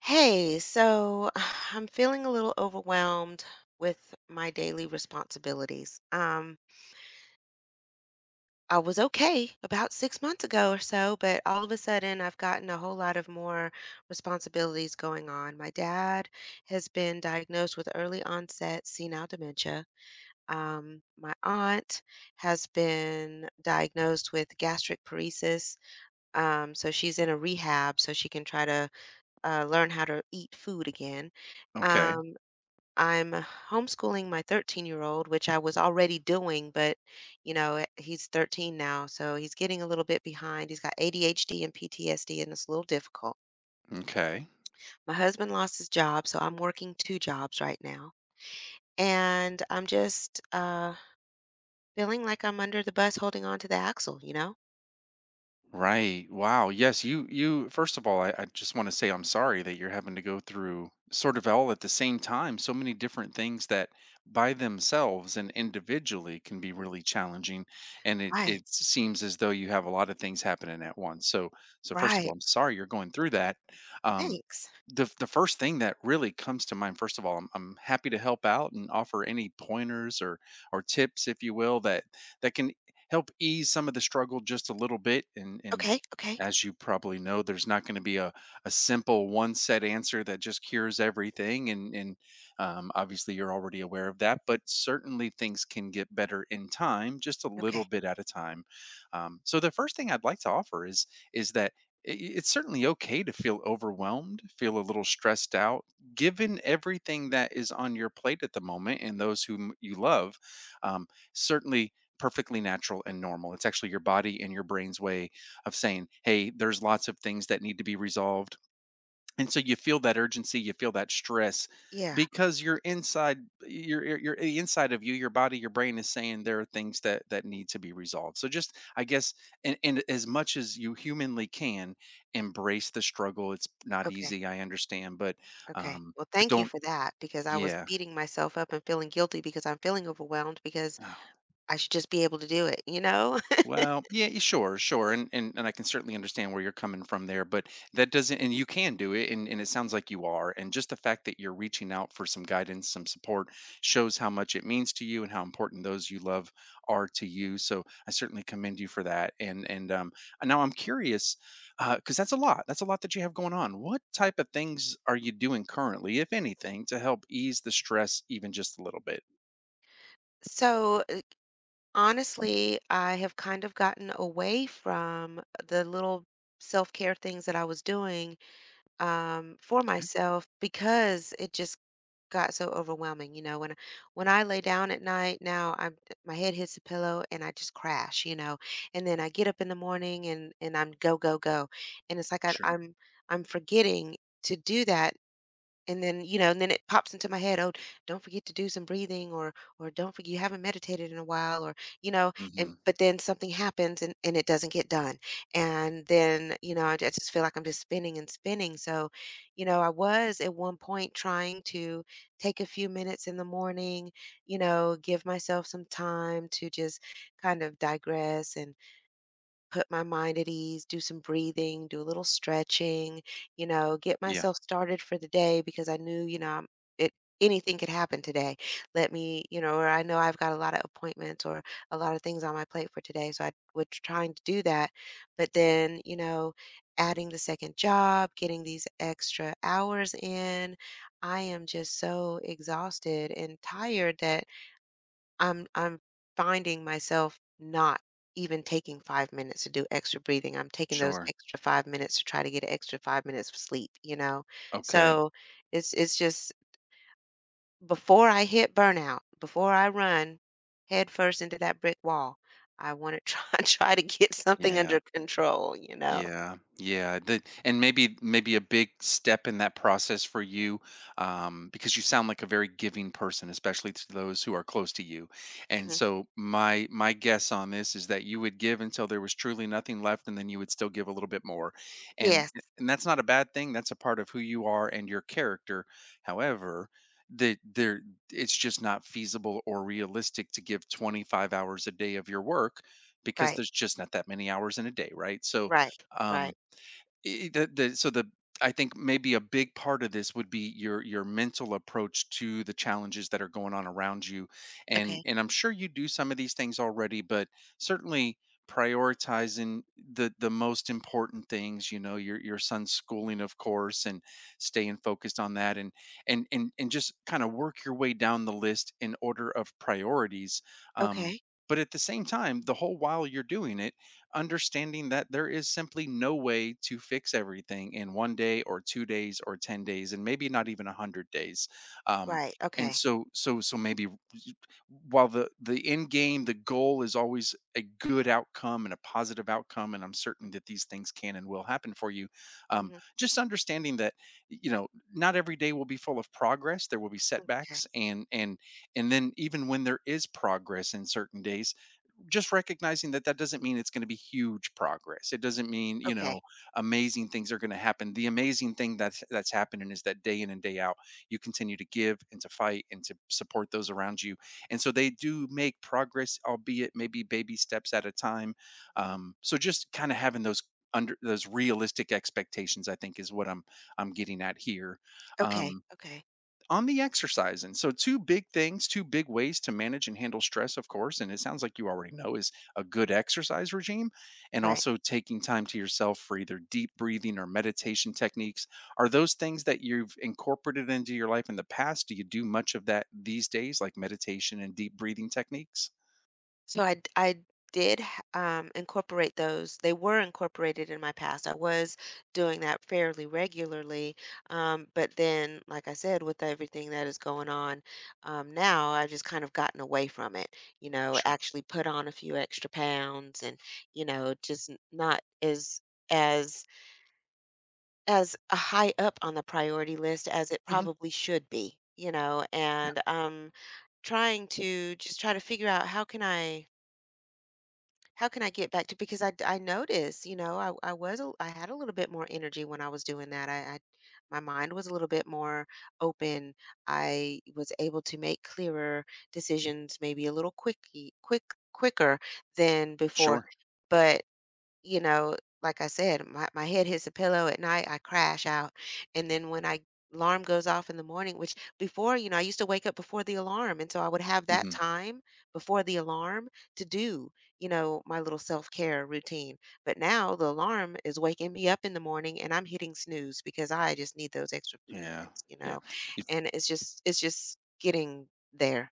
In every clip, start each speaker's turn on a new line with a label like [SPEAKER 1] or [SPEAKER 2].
[SPEAKER 1] Hey, so I'm feeling a little overwhelmed with my daily responsibilities. I was okay about 6 months ago or so, but all of a sudden I've gotten a whole lot of more responsibilities going on. My dad has been diagnosed with early onset senile dementia. My aunt has been diagnosed with gastric paresis. So she's in a rehab so she can try to learn how to eat food again.
[SPEAKER 2] Okay.
[SPEAKER 1] Um, I'm homeschooling my 13-year-old, which I was already doing, but you know, he's 13 now, so he's getting a little bit behind. He's got ADHD and PTSD, and it's a little difficult.
[SPEAKER 2] Okay.
[SPEAKER 1] My husband lost his job, so I'm working two jobs right now. And I'm just feeling like I'm under the bus holding on to the axle, you know?
[SPEAKER 2] Right. Wow. Yes. First of all, I just want to say I'm sorry that you're having to go through sort of all at the same time so many different things that by themselves and individually can be really challenging. And it,
[SPEAKER 1] Right,
[SPEAKER 2] it seems as though you have a lot of things happening at once. So, so first of
[SPEAKER 1] right.
[SPEAKER 2] all, I'm sorry you're going through that. Um,
[SPEAKER 1] Thanks.
[SPEAKER 2] the first thing that really comes to mind, first of all, I'm happy to help out and offer any pointers or tips, if you will, that that can help ease some of the struggle just a little bit. And
[SPEAKER 1] Okay, okay,
[SPEAKER 2] as you probably know, there's not going to be a simple one set answer that just cures everything. And Obviously you're already aware of that, but certainly things can get better in time, just a
[SPEAKER 1] okay.
[SPEAKER 2] little bit at a time. So the first thing I'd like to offer is that it's certainly okay to feel overwhelmed, feel a little stressed out given everything that is on your plate at the moment and those whom you love. Certainly perfectly natural and normal. It's actually your body and your brain's way of saying, hey, there's lots of things that need to be resolved. And so you feel that urgency, you feel that stress
[SPEAKER 1] Yeah,
[SPEAKER 2] because you're inside your the inside of you, your body, your brain is saying there are things that that need to be resolved. So just I guess, and as much as you humanly can, embrace the struggle. It's not
[SPEAKER 1] okay.
[SPEAKER 2] easy, I understand,
[SPEAKER 1] Okay.
[SPEAKER 2] um
[SPEAKER 1] Well,
[SPEAKER 2] but
[SPEAKER 1] thank you
[SPEAKER 2] don't
[SPEAKER 1] for that because I was
[SPEAKER 2] yeah
[SPEAKER 1] beating myself up and feeling guilty because I'm feeling overwhelmed because
[SPEAKER 2] uh,
[SPEAKER 1] I should just be able to do it, you know?
[SPEAKER 2] well, yeah, sure, sure, and I can certainly understand where you're coming from there, but that doesn't, and you can do it, and it sounds like you are, and just the fact that you're reaching out for some guidance, some support, shows how much it means to you and how important those you love are to you. So I certainly commend you for that, and and now I'm curious, because that's a lot that you have going on. What
[SPEAKER 1] Mm.
[SPEAKER 2] type of things are you doing currently, if anything, to help ease the stress even just a little bit?
[SPEAKER 1] So, honestly, I have kind of gotten away from the little self-care things that I was doing, for
[SPEAKER 2] Okay.
[SPEAKER 1] myself because it just got so overwhelming, you know, when I lay down at night, now I'm my head hits the pillow and I just crash, you know. And then I get up in the morning and I'm go go go. And it's like
[SPEAKER 2] Sure.
[SPEAKER 1] I'm forgetting to do that, and then you know and then it pops into my head, oh, don't forget to do some breathing or don't forget you haven't meditated in a while, or you know, and
[SPEAKER 2] Hmm.
[SPEAKER 1] but then something happens, and it doesn't get done, and then you know I just feel like I'm just spinning and spinning. So you know, I was at one point trying to take a few minutes in the morning, you know, give myself some time to just kind of digress and put my mind at ease, do some breathing, do a little stretching, you know, get
[SPEAKER 2] Yeah.
[SPEAKER 1] myself started for the day because I knew, you know, I'm- it anything could happen today. Let me, you know, or I know I've got a lot of appointments or a lot of things on my plate for today, so I was trying to do that, but then, you know, adding the second job, getting these extra hours in, I am just so exhausted and tired that I'm finding myself not even taking 5 minutes to do extra breathing. I'm taking those
[SPEAKER 2] Sure.
[SPEAKER 1] extra 5 minutes to try to get an extra 5 minutes of sleep, you know?
[SPEAKER 2] Okay.
[SPEAKER 1] So, it's just before I hit burnout, before I run headfirst into that brick wall, I wanna try try to get something
[SPEAKER 2] Yeah.
[SPEAKER 1] under control, you know?
[SPEAKER 2] Yeah, yeah. The, and maybe maybe a big step in that process for you, because you sound like a very giving person, especially to those who are close to you. And
[SPEAKER 1] Mhm.
[SPEAKER 2] so my guess on this is that you would give until there was truly nothing left, and then you would still give a little bit more. And
[SPEAKER 1] Yes,
[SPEAKER 2] and that's not a bad thing. That's a part of who you are and your character. However, the there it's just not feasible or realistic to give 25 hours a day of your work, because
[SPEAKER 1] right,
[SPEAKER 2] there's just not that many hours in a day, right? So
[SPEAKER 1] right, right.
[SPEAKER 2] um the so the I think maybe a big part of this would be your mental approach to the challenges that are going on around you,
[SPEAKER 1] Okay,
[SPEAKER 2] and I'm sure you do some of these things already, but certainly prioritizing the most important things, you know, your son's schooling of course, and staying focused on that, and and just kind of work your way down the list in order of priorities. um
[SPEAKER 1] okay,
[SPEAKER 2] but at the same time, the whole while you're doing it, understanding that there is simply no way to fix everything in one day or two days or 10 days, and maybe not even 100 days. um,
[SPEAKER 1] right,
[SPEAKER 2] and
[SPEAKER 1] okay.
[SPEAKER 2] so so so maybe while the end game, the goal is always a good outcome and a positive outcome, and I'm certain that these things can and will happen for you. um,
[SPEAKER 1] Hmm.
[SPEAKER 2] just understanding that, you know, not every day will be full of progress. There will be
[SPEAKER 1] Okay.
[SPEAKER 2] setbacks, and and then even when there is progress in certain days, just recognizing that that doesn't mean it's going to be huge progress. It doesn't mean, you
[SPEAKER 1] Okay,
[SPEAKER 2] know, amazing things are going to happen. The amazing thing that's happening is that day in and day out, you continue to give and to fight and to support those around you. And so they do make progress, albeit maybe baby steps at a time. So just kind of having those under those realistic expectations, I think, is what I'm getting at here.
[SPEAKER 1] okay,
[SPEAKER 2] Um,
[SPEAKER 1] okay,
[SPEAKER 2] on the exercise, and so two big things, two big ways to manage and handle stress, of course, and it sounds like you already know, is a good exercise regime, and
[SPEAKER 1] right.
[SPEAKER 2] also taking time to yourself for either deep breathing or meditation techniques. Are those things that you've incorporated into your life in the past? Do you do much of that these days, like meditation and deep breathing techniques?
[SPEAKER 1] So I did h- incorporate those. They were incorporated in my past. I was doing that fairly regularly, but then, like I said, with everything that is going on now, I've just kind of gotten away from it. You know,
[SPEAKER 2] Sure.
[SPEAKER 1] actually put on a few extra pounds, and you know, just not as as as a high up on the priority list as it
[SPEAKER 2] Hmm.
[SPEAKER 1] probably should be. You know,
[SPEAKER 2] Yeah.
[SPEAKER 1] and trying to just try to figure out how can I get back to, because I noticed, you know, I had a little bit more energy when I was doing that. I My mind was a little bit more open. I was able to make clearer decisions, maybe a little quicky quick quicker than before.
[SPEAKER 2] Sure.
[SPEAKER 1] But you know, like I said, my head hits the pillow at night, I crash out. And then when I alarm goes off in the morning, which before, you know, I used to wake up before the alarm. And so I would have that
[SPEAKER 2] Hmm.
[SPEAKER 1] time before the alarm to do, you know, my little self-care routine. But now the alarm is waking me up in the morning and I'm hitting snooze because I just need those extra few
[SPEAKER 2] Yeah.
[SPEAKER 1] minutes, you
[SPEAKER 2] Yeah.
[SPEAKER 1] know. And it's just getting there.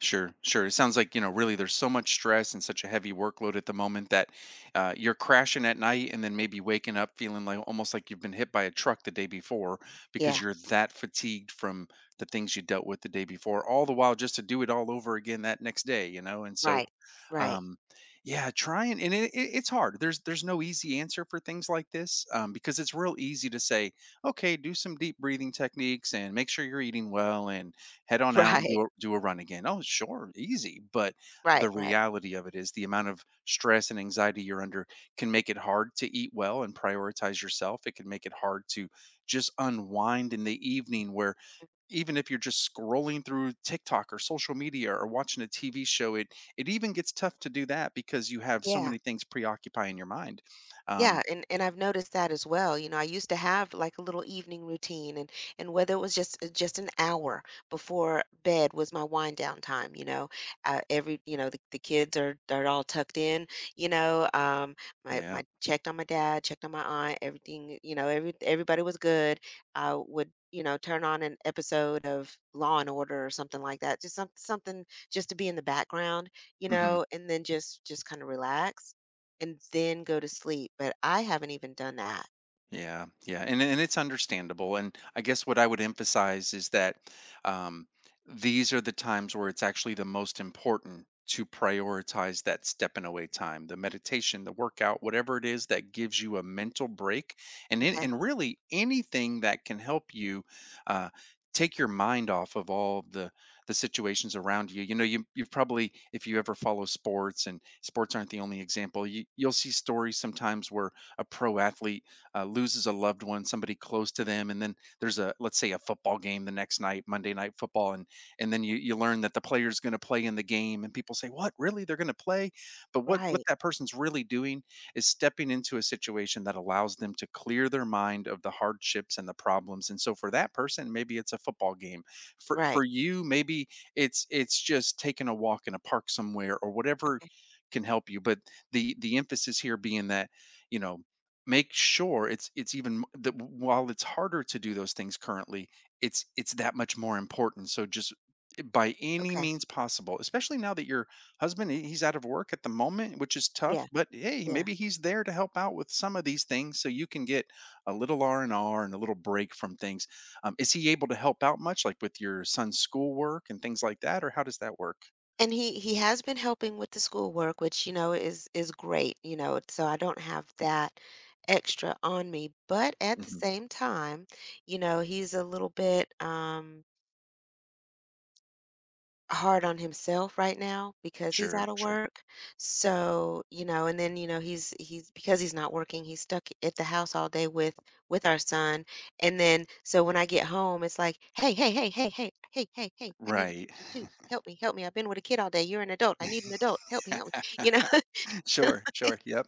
[SPEAKER 2] Sure, sure. It sounds like, you know, really there's so much stress and such a heavy workload at the moment that you're crashing at night and then maybe waking up feeling like almost like you've been hit by a truck the day before
[SPEAKER 1] Yeah.
[SPEAKER 2] because you're that fatigued from the things you dealt with the day before, all the while just to do it all over again that next day, you know? And so
[SPEAKER 1] Right. Right.
[SPEAKER 2] um, yeah, try and it's hard. There's no easy answer for things like this, because it's real easy to say, okay, do some deep breathing techniques and make sure you're eating well and head on out and
[SPEAKER 1] Right.
[SPEAKER 2] do do a run again, oh sure, easy. But
[SPEAKER 1] Right.
[SPEAKER 2] the
[SPEAKER 1] Right.
[SPEAKER 2] reality of it is the amount of stress and anxiety you're under can make it hard to eat well and prioritize yourself. It can make it hard to just unwind in the evening where even if you're just scrolling through TikTok or social media or watching a TV show, it even gets tough to do that because you have so
[SPEAKER 1] Yeah.
[SPEAKER 2] many things preoccupying your mind. Um,
[SPEAKER 1] Yeah, and I've noticed that as well. You know, I used to have like a little evening routine, and whether it was just an hour before bed was my wind down time, you know. Every, you know, the kids are all tucked in, you know. My
[SPEAKER 2] yeah.
[SPEAKER 1] my checked on my dad, checked on my aunt, everything, you know, everybody was good. I would, you know, turn on an episode of Law and Order or something like that. Just something just to be in the background, you
[SPEAKER 2] Hmm.
[SPEAKER 1] know, and then just kind of relax and then go to sleep, but I haven't even done that.
[SPEAKER 2] Yeah, yeah, and it's understandable. And I guess what I would emphasize is that um, these are the times where it's actually the most important to prioritize that stepping away time, the meditation, the workout, whatever it is that gives you a mental break, and in,
[SPEAKER 1] Okay.
[SPEAKER 2] and really anything that can help you uh, take your mind off of all the situations around you. You know, you you've probably, if you ever follow sports, and sports aren't the only example. You you'll see stories sometimes where a pro athlete loses a loved one, somebody close to them, and then there's a, let's say a football game the next night, Monday night football, and then you learn that the player's going to play in the game, and people say, "What really? They're going to play?" But what
[SPEAKER 1] Right.
[SPEAKER 2] that person's really doing is stepping into a situation that allows them to clear their mind of the hardships and the problems. And so for that person, maybe it's a football game.
[SPEAKER 1] Right.
[SPEAKER 2] For you, maybe it's just taking a walk in a park somewhere or whatever
[SPEAKER 1] Okay.
[SPEAKER 2] can help you. But the emphasis here being that, you know, make sure it's even that while it's harder to do those things currently, it's that much more important, so just by any
[SPEAKER 1] Okay.
[SPEAKER 2] means possible, especially now that your husband, he he's out of work at the moment, which is tough,
[SPEAKER 1] Yeah.
[SPEAKER 2] but hey,
[SPEAKER 1] Yeah.
[SPEAKER 2] maybe he's there to help out with some of these things so you can get a little R&R and R and a little break from things. Is he able to help out much, like, with your son's schoolwork and things like that, or how does that work?
[SPEAKER 1] And he has been helping with the schoolwork, which, you know, is great, you know, so I don't have that extra on me, but at the
[SPEAKER 2] Mhm.
[SPEAKER 1] same time, you know, he's a little bit, hard on himself right now because he's
[SPEAKER 2] Sure,
[SPEAKER 1] out of
[SPEAKER 2] sure.
[SPEAKER 1] work. So, you know, and then, you know, he's because he's not working, he's stuck at the house all day with our son. And then so when I get home, it's like, "Hey, hey, hey, hey, hey, hey, hey, hey, I need
[SPEAKER 2] Right.
[SPEAKER 1] attention too. Help me, help me. I've been with a kid all day. You're an adult. I need an adult. Help me, help me." You know?
[SPEAKER 2] Sure, sure, yep.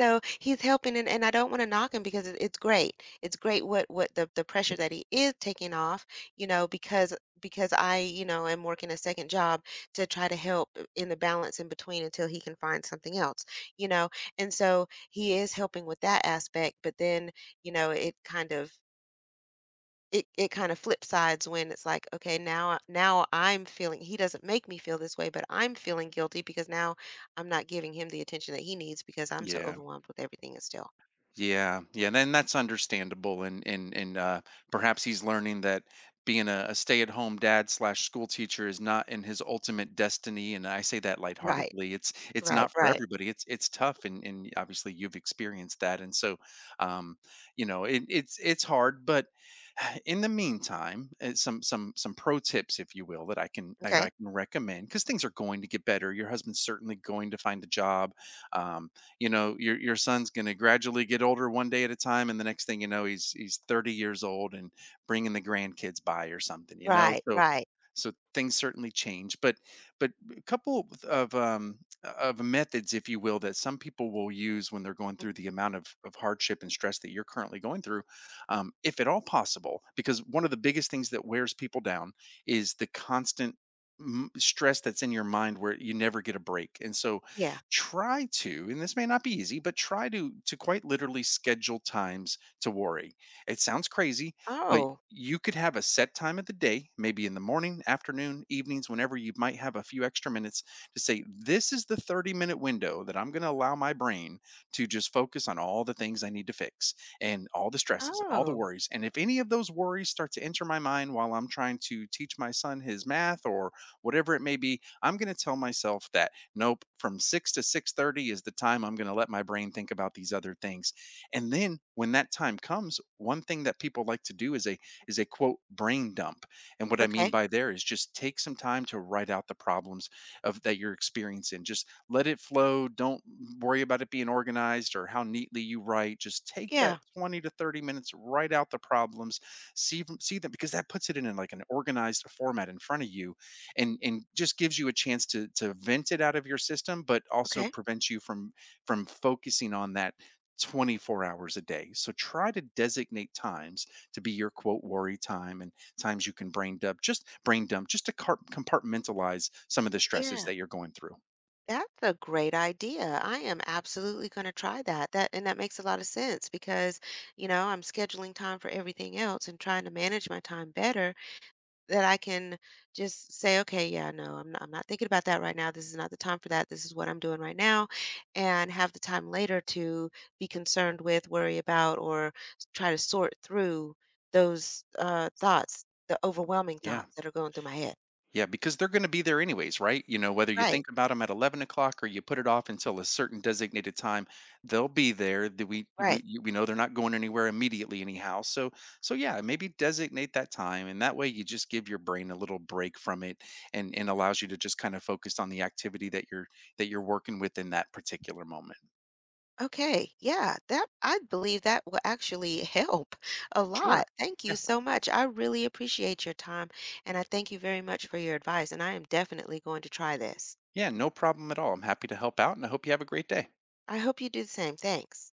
[SPEAKER 1] So he's helping, and I don't wanna knock him because it's great. It's great what the pressure that he is taking off, you know, because I, you know, am working a second job to try to help in the balance in between until he can find something else, you know? And so he is helping with that aspect, but then, you know, it it kind of flip sides when it's like, "Okay, now I'm feeling." He doesn't make me feel this way, but I'm feeling guilty because now I'm not giving him the attention that he needs because I'm so
[SPEAKER 2] Yeah.
[SPEAKER 1] overwhelmed with everything and still.
[SPEAKER 2] Yeah, yeah, then that's understandable, and and perhaps he's learning that being a stay-at-home dad slash school teacher is not in his ultimate destiny. And I say that
[SPEAKER 1] Right,
[SPEAKER 2] lightheartedly. It's
[SPEAKER 1] right,
[SPEAKER 2] not for
[SPEAKER 1] right.
[SPEAKER 2] everybody. It's tough, and obviously you've experienced that, and so, um, you know, it's hard. But in the meantime, some pro tips, if you will, that
[SPEAKER 1] Okay.
[SPEAKER 2] I can recommend, because things are going to get better. Your husband's certainly going to find a job. Um, you know, your son's going to gradually get older one day at a time, and the next thing you know, he's 30 years old and bringing the grandkids by or something, you know.
[SPEAKER 1] Right,
[SPEAKER 2] So
[SPEAKER 1] right.
[SPEAKER 2] so things certainly change, but a couple of methods, if you will, that some people will use when they're going through the amount of hardship and stress that you're currently going through, if at all possible. Because one of the biggest things that wears people down is the constant stress that's in your mind where you never get a break. And so
[SPEAKER 1] Yeah.
[SPEAKER 2] try to, and this may not be easy, but try to quite literally schedule times to worry. It sounds crazy, but
[SPEAKER 1] Oh,
[SPEAKER 2] you could have a set time of the day, maybe in the morning, afternoon, evenings, whenever you might have a few extra minutes, to say this is the 30-minute minute window that I'm going to allow my brain to just focus on all the things I need to fix and all the stresses and all the
[SPEAKER 1] oh,
[SPEAKER 2] worries. And if any of those worries start to enter my mind while I'm trying to teach my son his math or whatever it may be, I'm going to tell myself that nope, from 6 to 6:30 is the time I'm going to let my brain think about these other things. And then when that time comes, one thing that people like to do is a quote brain dump. And what I mean
[SPEAKER 1] okay.
[SPEAKER 2] by there is just take some time to write out the problems of that you're experiencing. Just let it flow. Don't worry about it being organized or how neatly you write. Just take that
[SPEAKER 1] Yeah,
[SPEAKER 2] 20 to 30 minutes, write out the problems, see them, because that puts it in like an organized format in front of you, and just gives you a chance to vent it out of your system, but also
[SPEAKER 1] okay.
[SPEAKER 2] prevents you from focusing on that 24 hours a day. So try to designate times to be your quote worry time and times you can brain dump, just to compartmentalize some of the stresses
[SPEAKER 1] Yeah.
[SPEAKER 2] that you're going through.
[SPEAKER 1] That's a great idea. I am absolutely gonna try that. That and that makes a lot of sense because, you know, I'm scheduling time for everything else and trying to manage my time better. That I can just say, okay, yeah, no, I'm not thinking about that right now. This is not the time for that. This is what I'm doing right now, and have the time later to be concerned with, worry about, or try to sort through those thoughts, the overwhelming
[SPEAKER 2] Yeah.
[SPEAKER 1] thoughts that are going through my head.
[SPEAKER 2] Yeah, because they're going to be there anyways, right? You know, whether you
[SPEAKER 1] Right,
[SPEAKER 2] think about them at 11 o'clock or you put it off until a certain designated time, they'll be there.
[SPEAKER 1] right.
[SPEAKER 2] We know they're not going anywhere immediately anyhow. So, so yeah, maybe designate that time. And that way you just give your brain a little break from it, and allows you to just kind of focus on the activity that that you're working with in that particular moment.
[SPEAKER 1] Okay, yeah, that I believe that will actually help a
[SPEAKER 2] Sure.
[SPEAKER 1] lot. Thank you
[SPEAKER 2] Yeah.
[SPEAKER 1] so much. I really appreciate your time, and I thank you very much for your advice, and I am definitely going to try this.
[SPEAKER 2] Yeah. No problem at all. I'm happy to help out and I hope you have a great day.
[SPEAKER 1] I hope you do the same. Thanks.